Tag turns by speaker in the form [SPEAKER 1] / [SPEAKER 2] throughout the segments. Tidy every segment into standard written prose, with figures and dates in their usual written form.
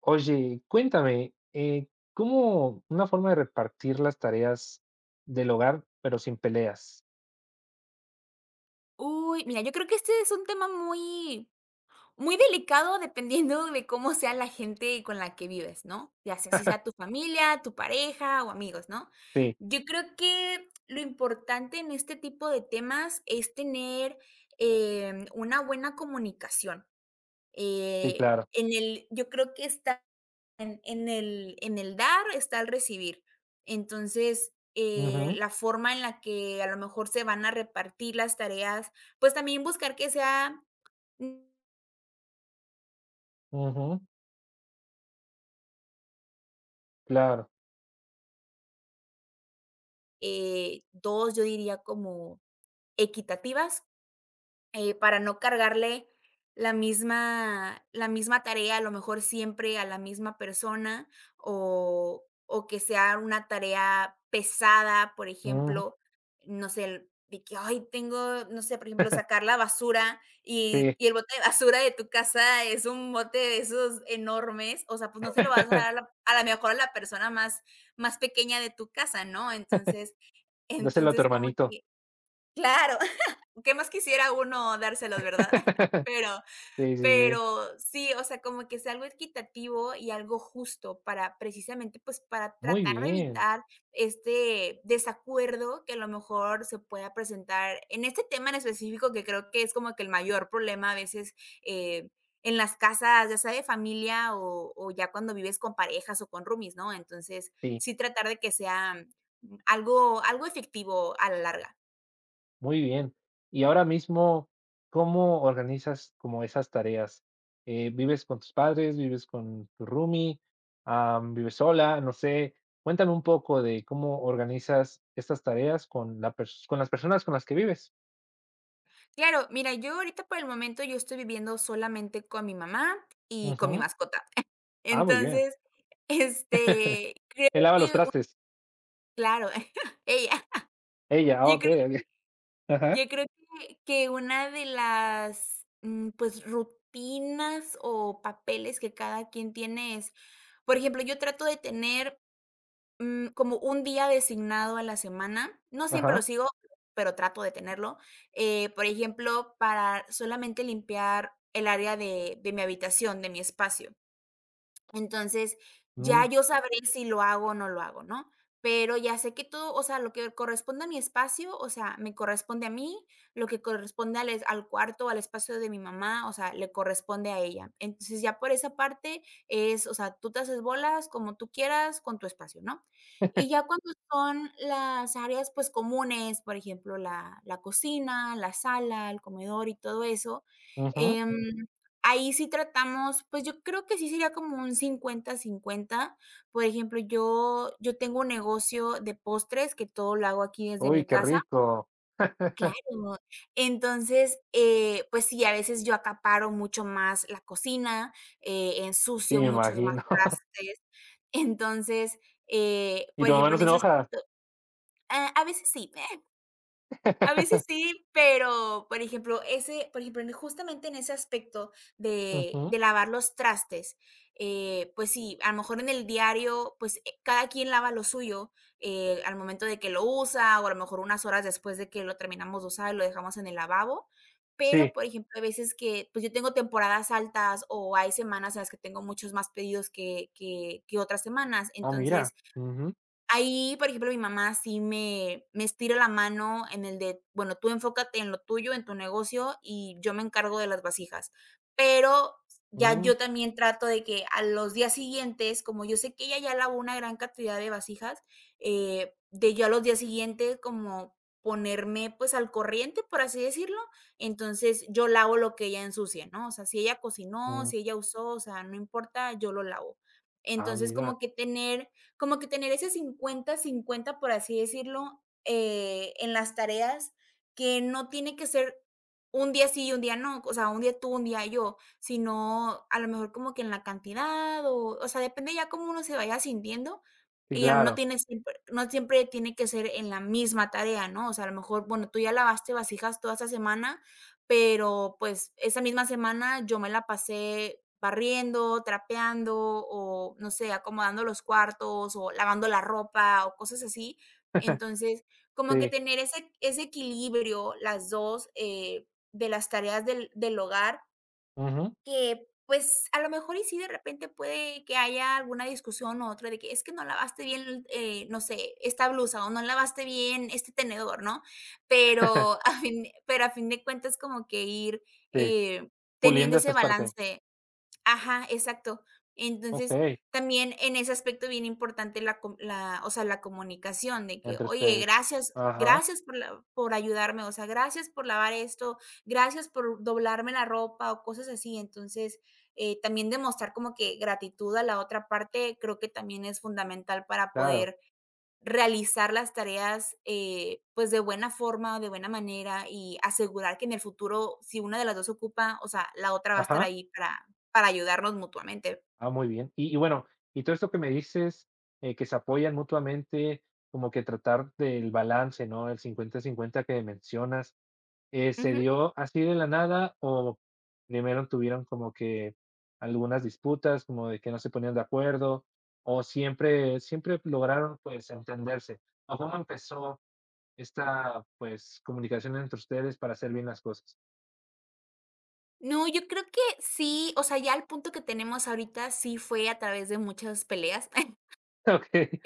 [SPEAKER 1] Oye, cuéntame, ¿cómo una forma de repartir las tareas del hogar, pero sin peleas?
[SPEAKER 2] Uy, mira, yo creo que este es un tema muy delicado dependiendo de cómo sea la gente con la que vives, ¿no? Ya sea si sea tu familia, tu pareja o amigos, ¿no?
[SPEAKER 1] Sí,
[SPEAKER 2] Yo creo que lo importante en este tipo de temas es tener una buena comunicación.
[SPEAKER 1] sí, claro.
[SPEAKER 2] En el, yo creo que está en en el dar está el recibir. Entonces,
[SPEAKER 1] Ujú,
[SPEAKER 2] la forma en la que a lo mejor se van a repartir las tareas, pues también buscar que sea, mm,
[SPEAKER 1] ujú, claro.
[SPEAKER 2] 2, yo diría como equitativas. Para no cargarle la misma tarea, a lo mejor siempre a la misma persona, o que sea una tarea pesada, por
[SPEAKER 1] Ujú,
[SPEAKER 2] ejemplo, no sé, de que: "Ay, tengo", no sé, por ejemplo, sacar la basura y
[SPEAKER 1] sí.
[SPEAKER 2] y el bote de basura de tu casa es un bote de esos enormes, o sea, pues, no se lo vas a dar a la mejor a la persona más pequeña de tu casa, ¿no? Entonces
[SPEAKER 1] Dáselo a tu
[SPEAKER 2] entonces como
[SPEAKER 1] hermanito.
[SPEAKER 2] que claro, qué más quisiera uno dárselos, ¿verdad? Pero
[SPEAKER 1] Sí, sí, sí.
[SPEAKER 2] pero sí, o sea, como que sea algo equitativo y algo justo para precisamente, pues, para
[SPEAKER 1] Muy
[SPEAKER 2] tratar de
[SPEAKER 1] bien.
[SPEAKER 2] evitar este desacuerdo que a lo mejor se pueda presentar en este tema en específico, que creo que es como que el mayor problema a veces, eh, en las casas, ya sea de familia o ya cuando vives con parejas o con roomies, ¿no? Entonces,
[SPEAKER 1] Sí.
[SPEAKER 2] sí tratar de que sea, algo efectivo a la larga.
[SPEAKER 1] Muy bien. Y ahora mismo, ¿cómo organizas como esas tareas? ¿Vives con tus padres? ¿Vives con tu roomie? ¿Vives sola? No sé. Cuéntame un poco de cómo organizas estas tareas con la pers con las personas con las que vives.
[SPEAKER 2] Claro, mira, yo ahorita por el momento yo estoy viviendo solamente con mi mamá y con mi
[SPEAKER 1] Ujú.
[SPEAKER 2] mascota.
[SPEAKER 1] Ah, muy bien.
[SPEAKER 2] Entonces, creo
[SPEAKER 1] Él lava los
[SPEAKER 2] que u
[SPEAKER 1] trastes.
[SPEAKER 2] claro, ella.
[SPEAKER 1] Ella, ah,
[SPEAKER 2] Yo creo
[SPEAKER 1] okey, okey.
[SPEAKER 2] que
[SPEAKER 1] Ajá,
[SPEAKER 2] yo creo que una de las, pues, rutinas o papeles que cada quien tiene es, por ejemplo, yo trato de tener, como un día designado a la semana. No siempre lo
[SPEAKER 1] ajá.
[SPEAKER 2] sigo, pero trato de tenerlo. Por ejemplo, para solamente limpiar el área de mi habitación, de mi espacio. Entonces, ya
[SPEAKER 1] Mm,
[SPEAKER 2] yo sabré si lo hago o no lo hago, ¿no? Pero ya sé que todo, o sea, lo que corresponde a mi espacio, o sea, me corresponde a mí, lo que corresponde al, al cuarto, al espacio de mi mamá, o sea, le corresponde a ella. Entonces, ya por esa parte es, o sea, tú te haces bolas como tú quieras con tu espacio, ¿no? Y ya cuando son las áreas, pues comunes, por ejemplo, la cocina, la sala, el comedor y todo eso,
[SPEAKER 1] ujú.
[SPEAKER 2] ahí sí tratamos, pues, yo creo que sí sería como un cincuenta-cincuenta. Por ejemplo, yo tengo un negocio de postres que todo lo hago aquí desde
[SPEAKER 1] Uy,
[SPEAKER 2] mi
[SPEAKER 1] qué
[SPEAKER 2] casa.
[SPEAKER 1] rico.
[SPEAKER 2] Claro. Entonces, pues sí, a veces yo acaparo mucho más la cocina,
[SPEAKER 1] Sí,
[SPEAKER 2] ensucio
[SPEAKER 1] me
[SPEAKER 2] muchos más
[SPEAKER 1] imagino.
[SPEAKER 2] trastes. Entonces,
[SPEAKER 1] ¿Y
[SPEAKER 2] por
[SPEAKER 1] tu mamá
[SPEAKER 2] ejemplo,
[SPEAKER 1] no
[SPEAKER 2] en
[SPEAKER 1] se
[SPEAKER 2] ese
[SPEAKER 1] enoja?
[SPEAKER 2] aspecto, ah, a veces sí. A veces sí, pero, por ejemplo, ese, por ejemplo, en justamente en ese aspecto de
[SPEAKER 1] Ujú.
[SPEAKER 2] de lavar los trastes, pues sí, a lo mejor en el diario, pues, cada quien lava lo suyo, al momento de que lo usa, o a lo mejor unas horas después de que lo terminamos de usar, y lo dejamos en el lavabo. Pero,
[SPEAKER 1] Sí.
[SPEAKER 2] por ejemplo, hay veces que, pues, yo tengo temporadas altas, o hay semanas en las que tengo muchos más pedidos que otras semanas.
[SPEAKER 1] Ah, mira.
[SPEAKER 2] Entonces,
[SPEAKER 1] Ujú.
[SPEAKER 2] ahí, por ejemplo, mi mamá sí me estira la mano en el de, bueno, tú enfócate en lo tuyo, en tu negocio, y yo me encargo de las vasijas. Pero ya
[SPEAKER 1] Mm,
[SPEAKER 2] yo también trato de que a los días siguientes, como yo sé que ella ya lavó una gran cantidad de vasijas, de yo a los días siguientes como ponerme, pues, al corriente, por así decirlo. Entonces, yo lavo lo que ella ensucia, ¿no? O sea, si ella cocinó,
[SPEAKER 1] mm.
[SPEAKER 2] si ella usó, o sea, no importa, yo lo lavo.
[SPEAKER 1] Ah,
[SPEAKER 2] Entonces,
[SPEAKER 1] mira.
[SPEAKER 2] como que tener ese cincuenta cincuenta por así decirlo, en las tareas, que no tiene que ser un día sí y un día no, o sea, un día tú, un día yo, sino a lo mejor como que en la cantidad o sea, depende ya cómo uno se vaya sintiendo
[SPEAKER 1] Sí,
[SPEAKER 2] y no
[SPEAKER 1] claro.
[SPEAKER 2] tiene siempre, no siempre tiene que ser en la misma tarea, ¿no? O sea, a lo mejor, bueno, tú ya lavaste vasijas toda esta semana pero, pues, esa misma semana yo me la pasé barriendo, trapeando o, no sé, acomodando los cuartos o lavando la ropa o cosas así. Entonces, como que
[SPEAKER 1] Sí.
[SPEAKER 2] tener ese equilibrio, las 2 de las tareas del hogar
[SPEAKER 1] Ujú.
[SPEAKER 2] que, pues, a lo mejor y sí de repente puede que haya alguna discusión u otra de que: "Es que no lavaste bien, no sé, esta blusa o no lavaste bien este tenedor", ¿no? Pero a fin pero a fin de cuentas como que ir,
[SPEAKER 1] Sí,
[SPEAKER 2] eh, teniendo
[SPEAKER 1] puliendo
[SPEAKER 2] ese
[SPEAKER 1] esas partes.
[SPEAKER 2] balance. Ajá, exacto. Entonces,
[SPEAKER 1] Okey,
[SPEAKER 2] también en ese aspecto bien importante la, o sea, la comunicación de que:
[SPEAKER 1] entre
[SPEAKER 2] "Oye,
[SPEAKER 1] ustedes.
[SPEAKER 2] gracias,
[SPEAKER 1] Ajá,
[SPEAKER 2] gracias por la por ayudarme", o sea, "Gracias por lavar esto, gracias por doblarme la ropa", o cosas así. Entonces, también demostrar como que gratitud a la otra parte, creo que también es fundamental para
[SPEAKER 1] claro.
[SPEAKER 2] poder realizar las tareas, pues, de buena forma, de buena manera y asegurar que en el futuro, si una de las 2 ocupa, o sea, la otra va a estar
[SPEAKER 1] Ajá.
[SPEAKER 2] ahí para ayudarnos mutuamente.
[SPEAKER 1] Ah, muy bien. Y bueno, y todo esto que me dices, que se apoyan mutuamente, como que tratar del balance, ¿no? El cincuenta-cincuenta que mencionas, ¿se
[SPEAKER 2] Ujú.
[SPEAKER 1] dio así de la nada o primero tuvieron como que algunas disputas, como de que no se ponían de acuerdo, o siempre siempre lograron, pues, entenderse? ¿O cómo empezó esta, pues, comunicación entre ustedes para hacer bien las cosas?
[SPEAKER 2] No, yo creo que sí, o sea, ya el punto que tenemos ahorita sí fue a través de muchas peleas.
[SPEAKER 1] Okey,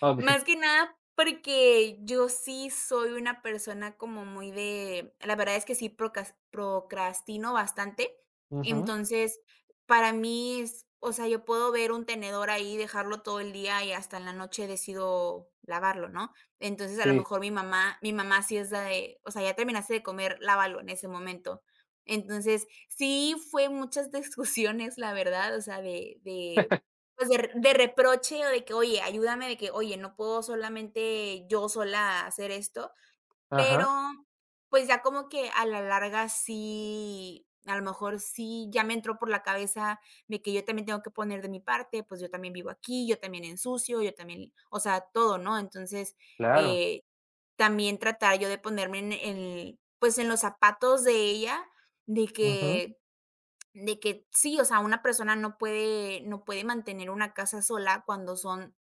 [SPEAKER 1] okey.
[SPEAKER 2] Más que nada porque yo sí soy una persona como muy de la verdad es que sí procas procrastino bastante.
[SPEAKER 1] Ujú.
[SPEAKER 2] Entonces, para mí es o sea, yo puedo ver un tenedor ahí, dejarlo todo el día y hasta en la noche decido lavarlo, ¿no? Entonces, a lo
[SPEAKER 1] Sí.
[SPEAKER 2] mejor mi mamá sí es la de: "O sea, ya terminaste de comer, lávalo en ese momento". Entonces, sí fue muchas discusiones, la verdad, o sea, de pues, de reproche o de que: "Oye, ayúdame", de que: "Oye, no puedo solamente yo sola hacer esto", pero,
[SPEAKER 1] Ajá.
[SPEAKER 2] pues, ya como que a la larga sí, a lo mejor sí ya me entró por la cabeza de que yo también tengo que poner de mi parte, pues, yo también vivo aquí, yo también ensucio, yo también, o sea, todo, ¿no? Entonces,
[SPEAKER 1] Claro.
[SPEAKER 2] eh, también tratar yo de ponerme en el pues, en los zapatos de ella, de
[SPEAKER 1] Ujú.
[SPEAKER 2] que de que sí, o sea, una persona no puede mantener una casa sola cuando son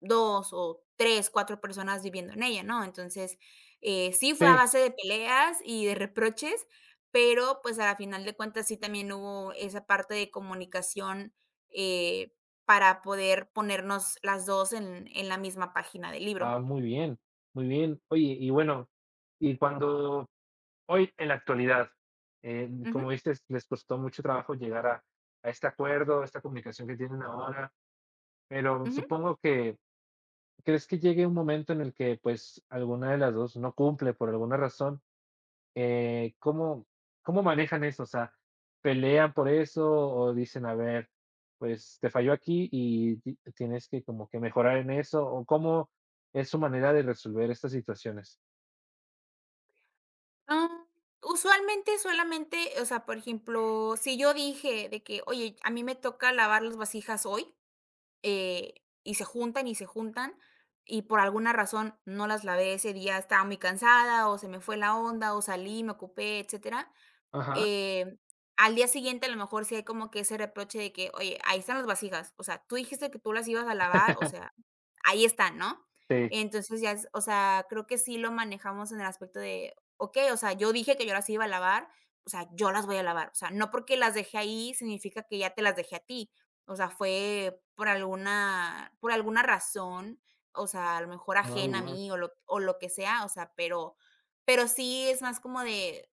[SPEAKER 2] 2 o 3 4 personas viviendo en ella, ¿no? Entonces, sí fue a
[SPEAKER 1] Sí.
[SPEAKER 2] base de peleas y de reproches, pero, pues, a la final de cuentas, sí también hubo esa parte de comunicación, eh, para poder ponernos las 2 en la misma página del libro.
[SPEAKER 1] Ah, muy bien, muy bien. Oye, y bueno, y cuando hoy en la actualidad,
[SPEAKER 2] Ujú,
[SPEAKER 1] como dices, les costó mucho trabajo llegar a este acuerdo, a esta comunicación que tienen ahora, pero
[SPEAKER 2] ujú.
[SPEAKER 1] supongo que, ¿crees que llegue un momento en el que, pues, alguna de las 2 no cumple por alguna razón? Eh, ¿cómo cómo manejan eso? O sea, ¿pelean por eso o dicen: "A ver, pues, te falló aquí y ti tienes que como que mejorar en eso", o cómo es su manera de resolver estas situaciones?
[SPEAKER 2] Ah, usualmente solamente, o sea, por ejemplo, si yo dije de que: "Oye, a mí me toca lavar las vasijas hoy", eh, y se juntan, y por alguna razón no las lavé ese día, estaba muy cansada, o se me fue la onda, o salí, me ocupé, etcétera,
[SPEAKER 1] Ajá.
[SPEAKER 2] eh, al día siguiente, a lo mejor, sí hay como que ese reproche de que: "Oye, ahí están las vasijas, o sea, tú dijiste que tú las ibas a lavar, o sea, ahí están", ¿no?
[SPEAKER 1] Sí,
[SPEAKER 2] Entonces, ya es o sea, creo que sí lo manejamos en el aspecto de: "Okey, o sea, yo dije que yo las iba a lavar, o sea, yo las voy a lavar, o sea, no porque las dejé ahí significa que ya te las dejé a ti, o sea, fue por alguna razón, o sea, a lo mejor
[SPEAKER 1] muy
[SPEAKER 2] ajena a
[SPEAKER 1] bien.
[SPEAKER 2] mí o lo que sea, o sea, pero sí es más como de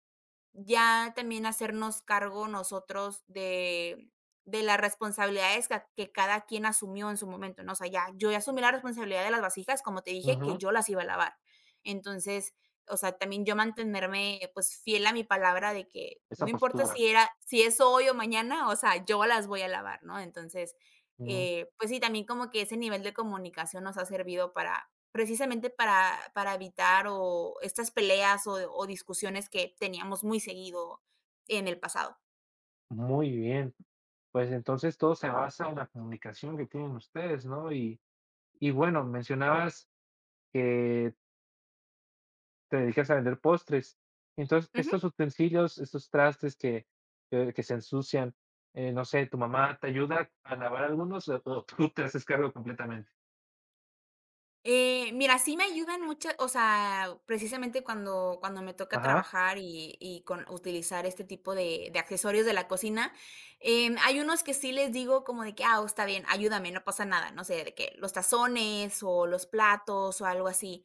[SPEAKER 2] ya también hacernos cargo nosotros de las responsabilidades ca que cada quien asumió en su momento, ¿no? O sea, ya, yo ya asumí la responsabilidad de las vasijas, como te dije, que
[SPEAKER 1] Ujú,
[SPEAKER 2] yo las iba a lavar. Entonces, o sea, también yo mantenerme, pues, fiel a mi palabra de que no
[SPEAKER 1] esa
[SPEAKER 2] importa
[SPEAKER 1] postura.
[SPEAKER 2] si es hoy o mañana, o sea, yo las voy a lavar, ¿no? Entonces,
[SPEAKER 1] Mm,
[SPEAKER 2] pues sí, también como que ese nivel de comunicación nos ha servido para precisamente para evitar o estas peleas o discusiones que teníamos muy seguido en el pasado.
[SPEAKER 1] muy bien. Pues, entonces, todo se basa en la comunicación que tienen ustedes, ¿no? Y bueno, mencionabas que te dedicas a vender postres. Entonces,
[SPEAKER 2] Ujú.
[SPEAKER 1] estos utensilios, estos trastes que se ensucian, no sé, tu mamá te ayuda a lavar algunos, o tú te haces cargo completamente.
[SPEAKER 2] Mira, sí me ayudan muchas, o sea, precisamente cuando me toca
[SPEAKER 1] Ajá.
[SPEAKER 2] trabajar y con utilizar este tipo de accesorios de la cocina. Hay unos que sí les digo como de que: "Ah, oh, está bien, ayúdame, no pasa nada", no sé, de que los tazones o los platos o algo así.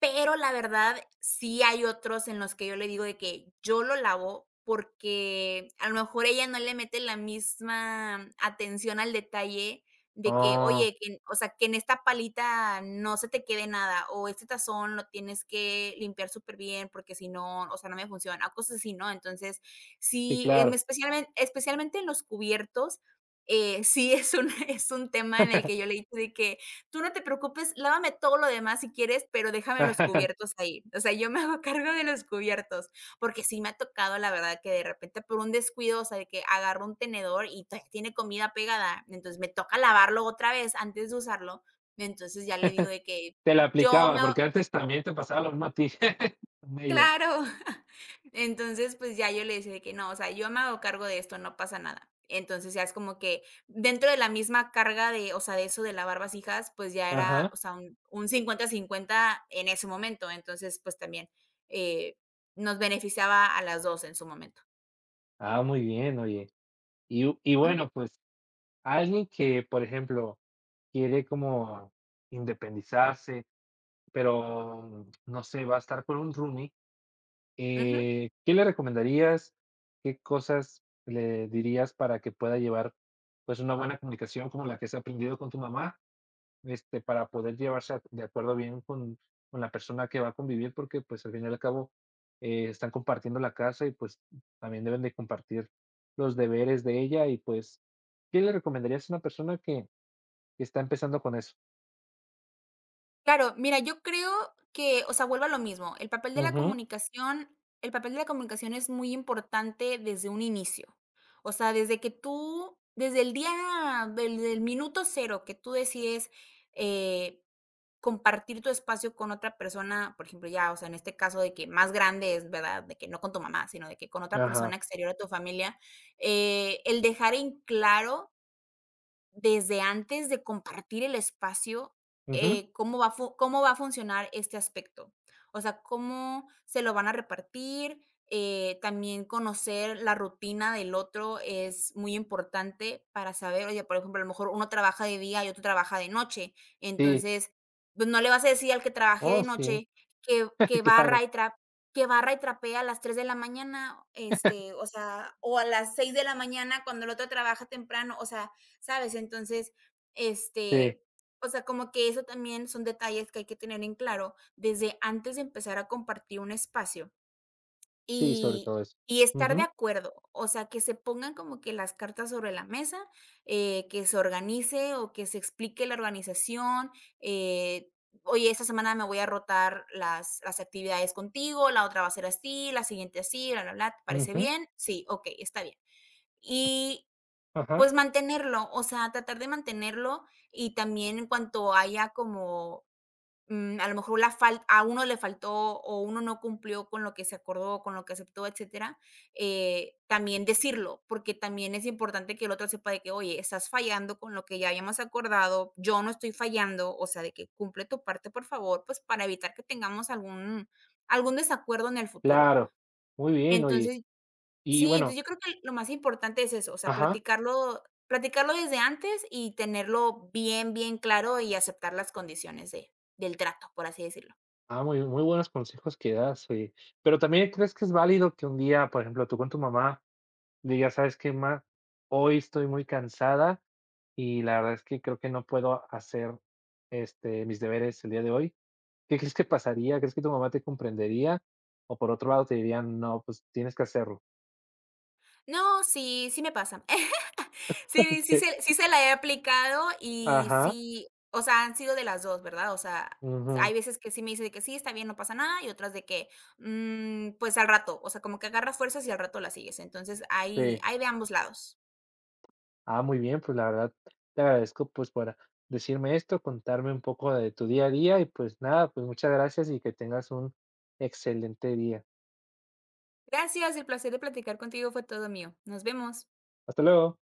[SPEAKER 2] Pero la verdad, sí hay otros en los que yo le digo de que yo lo lavo porque a lo mejor ella no le mete la misma atención al detalle de que,
[SPEAKER 1] Oh,
[SPEAKER 2] oye, que, o sea, que en esta palita no se te quede nada o este tazón lo tienes que limpiar súper bien porque si no, o sea, no me funciona, o cosas así, ¿no? Entonces,
[SPEAKER 1] sí,
[SPEAKER 2] sí,
[SPEAKER 1] claro.
[SPEAKER 2] especialmente, especialmente en los cubiertos, sí es un, es un tema en el que yo le dije de que tú no te preocupes, lávame todo lo demás si quieres, pero déjame los cubiertos ahí. O sea, yo me hago cargo de los cubiertos, porque sí me ha tocado, la verdad, que de repente por un descuido, o sea, de que agarro un tenedor y todavía tiene comida pegada, entonces me toca lavarlo otra vez antes de usarlo. Entonces ya le digo de que
[SPEAKER 1] Te la
[SPEAKER 2] yo me
[SPEAKER 1] aplicaba, porque antes también te pasaba lo mismo a ti con ella.
[SPEAKER 2] Claro. Entonces, pues, ya yo le decía de que: "No, o sea, yo me hago cargo de esto, no pasa nada". Entonces, ya es como que dentro de la misma carga de, o sea, de eso de lavar vasijas, pues, ya era,
[SPEAKER 1] Ajá.
[SPEAKER 2] o sea, un 50 50 en ese momento. Entonces, pues, también, eh, nos beneficiaba a las 2 en su momento.
[SPEAKER 1] Ah, muy bien, oye. Y
[SPEAKER 2] Ujú,
[SPEAKER 1] bueno, pues, alguien que, por ejemplo, quiere como independizarse, pero, no sé, va a estar con un roomie.
[SPEAKER 2] ujú.
[SPEAKER 1] ¿Qué le recomendarías? ¿Qué cosas le dirías para que pueda llevar, pues, una buena comunicación como la que has aprendido con tu mamá? Este, para poder llevarse a de acuerdo bien con la persona que va a convivir, porque, pues, al fin y al cabo, están compartiendo la casa y, pues, también deben de compartir los deberes de ella y, pues, ¿qué le recomendarías a una persona que está empezando con eso?
[SPEAKER 2] Claro, mira, yo creo que, o sea, vuelvo a lo mismo,
[SPEAKER 1] Ujú,
[SPEAKER 2] el papel de la comunicación es muy importante desde un inicio. O sea, desde que tú desde el día del el minuto cero, que tú decides, eh, compartir tu espacio con otra persona, por ejemplo, ya, o sea, en este caso de que más grande es, ¿verdad? De que no con tu mamá, sino de que con otra
[SPEAKER 1] ajá,
[SPEAKER 2] persona exterior a tu familia, el dejar en claro desde antes de compartir el espacio,
[SPEAKER 1] ujú,
[SPEAKER 2] cómo va a funcionar este aspecto. O sea, cómo se lo van a repartir. También conocer la rutina del otro es muy importante para saber, oye, por ejemplo, a lo mejor uno trabaja de día y otro trabaja de noche,
[SPEAKER 1] sí,
[SPEAKER 2] entonces, pues, no le vas a decir al que trabaje de
[SPEAKER 1] oh, sí,
[SPEAKER 2] noche que que
[SPEAKER 1] claro,
[SPEAKER 2] barra y trap que barra y trapea a las 3 de la mañana, este, o sea, o a las 6 de la mañana cuando el otro trabaja temprano, o sea, ¿sabes? Entonces,
[SPEAKER 1] sí,
[SPEAKER 2] este, o sea, como que eso también son detalles que hay que tener en claro desde antes de empezar a compartir un espacio
[SPEAKER 1] sí, sobre
[SPEAKER 2] y,
[SPEAKER 1] todo eso.
[SPEAKER 2] y estar de acuerdo, o sea, que se pongan como que las cartas sobre la mesa, que se organice o que se explique la organización. eh, Oye, esta semana me voy a rotar las actividades contigo, la otra va a ser así, la siguiente así, bla, bla, bla, ¿te parece
[SPEAKER 1] Ujú,
[SPEAKER 2] bien? Sí, ok, está bien. Y
[SPEAKER 1] ajá,
[SPEAKER 2] pues mantenerlo, o sea, tratar de mantenerlo y también en cuanto haya como, a lo mejor la fal a uno le faltó o uno no cumplió con lo que se acordó, con lo que aceptó, etcétera, también decirlo, porque también es importante que el otro sepa de que: "Oye, estás fallando con lo que ya habíamos acordado, yo no estoy fallando, o sea, de que cumple tu parte, por favor", pues, para evitar que tengamos algún desacuerdo en el futuro.
[SPEAKER 1] claro. Muy bien, oye.
[SPEAKER 2] Entonces
[SPEAKER 1] Y
[SPEAKER 2] Sí,
[SPEAKER 1] bueno,
[SPEAKER 2] entonces yo creo que lo más importante es eso, o sea,
[SPEAKER 1] ajá,
[SPEAKER 2] platicarlo desde antes y tenerlo bien, bien claro y aceptar las condiciones de del trato, por así decirlo.
[SPEAKER 1] ah, muy muy buenos consejos que das, oye. Pero también, ¿crees que es válido que un día, por ejemplo, tú con tu mamá digas: "¿Sabes qué, ma? Hoy estoy muy cansada y la verdad es que creo que no puedo hacer, este, mis deberes el día de hoy"? ¿Qué crees que pasaría? ¿Crees que tu mamá te comprendería? O por otro lado te dirían: "No, pues tienes que hacerlo".
[SPEAKER 2] No, sí, sí me pasa. Sí, sí se la he aplicado y
[SPEAKER 1] Ajá,
[SPEAKER 2] sí, o sea, han sido de las 2, ¿verdad? O sea,
[SPEAKER 1] ujú,
[SPEAKER 2] hay veces que sí me dice de que: "Sí, está bien, no pasa nada", y otras de que: "Mm, pues al rato", o sea, como que agarras fuerzas y al rato la sigues. Entonces, hay
[SPEAKER 1] sí.
[SPEAKER 2] hay de ambos lados.
[SPEAKER 1] Ah, muy bien, pues la verdad te agradezco pues por decirme esto, contarme un poco de tu día a día y pues nada, pues muchas gracias y que tengas un excelente día.
[SPEAKER 2] Gracias, el placer de platicar contigo fue todo mío. Nos vemos.
[SPEAKER 1] Hasta luego.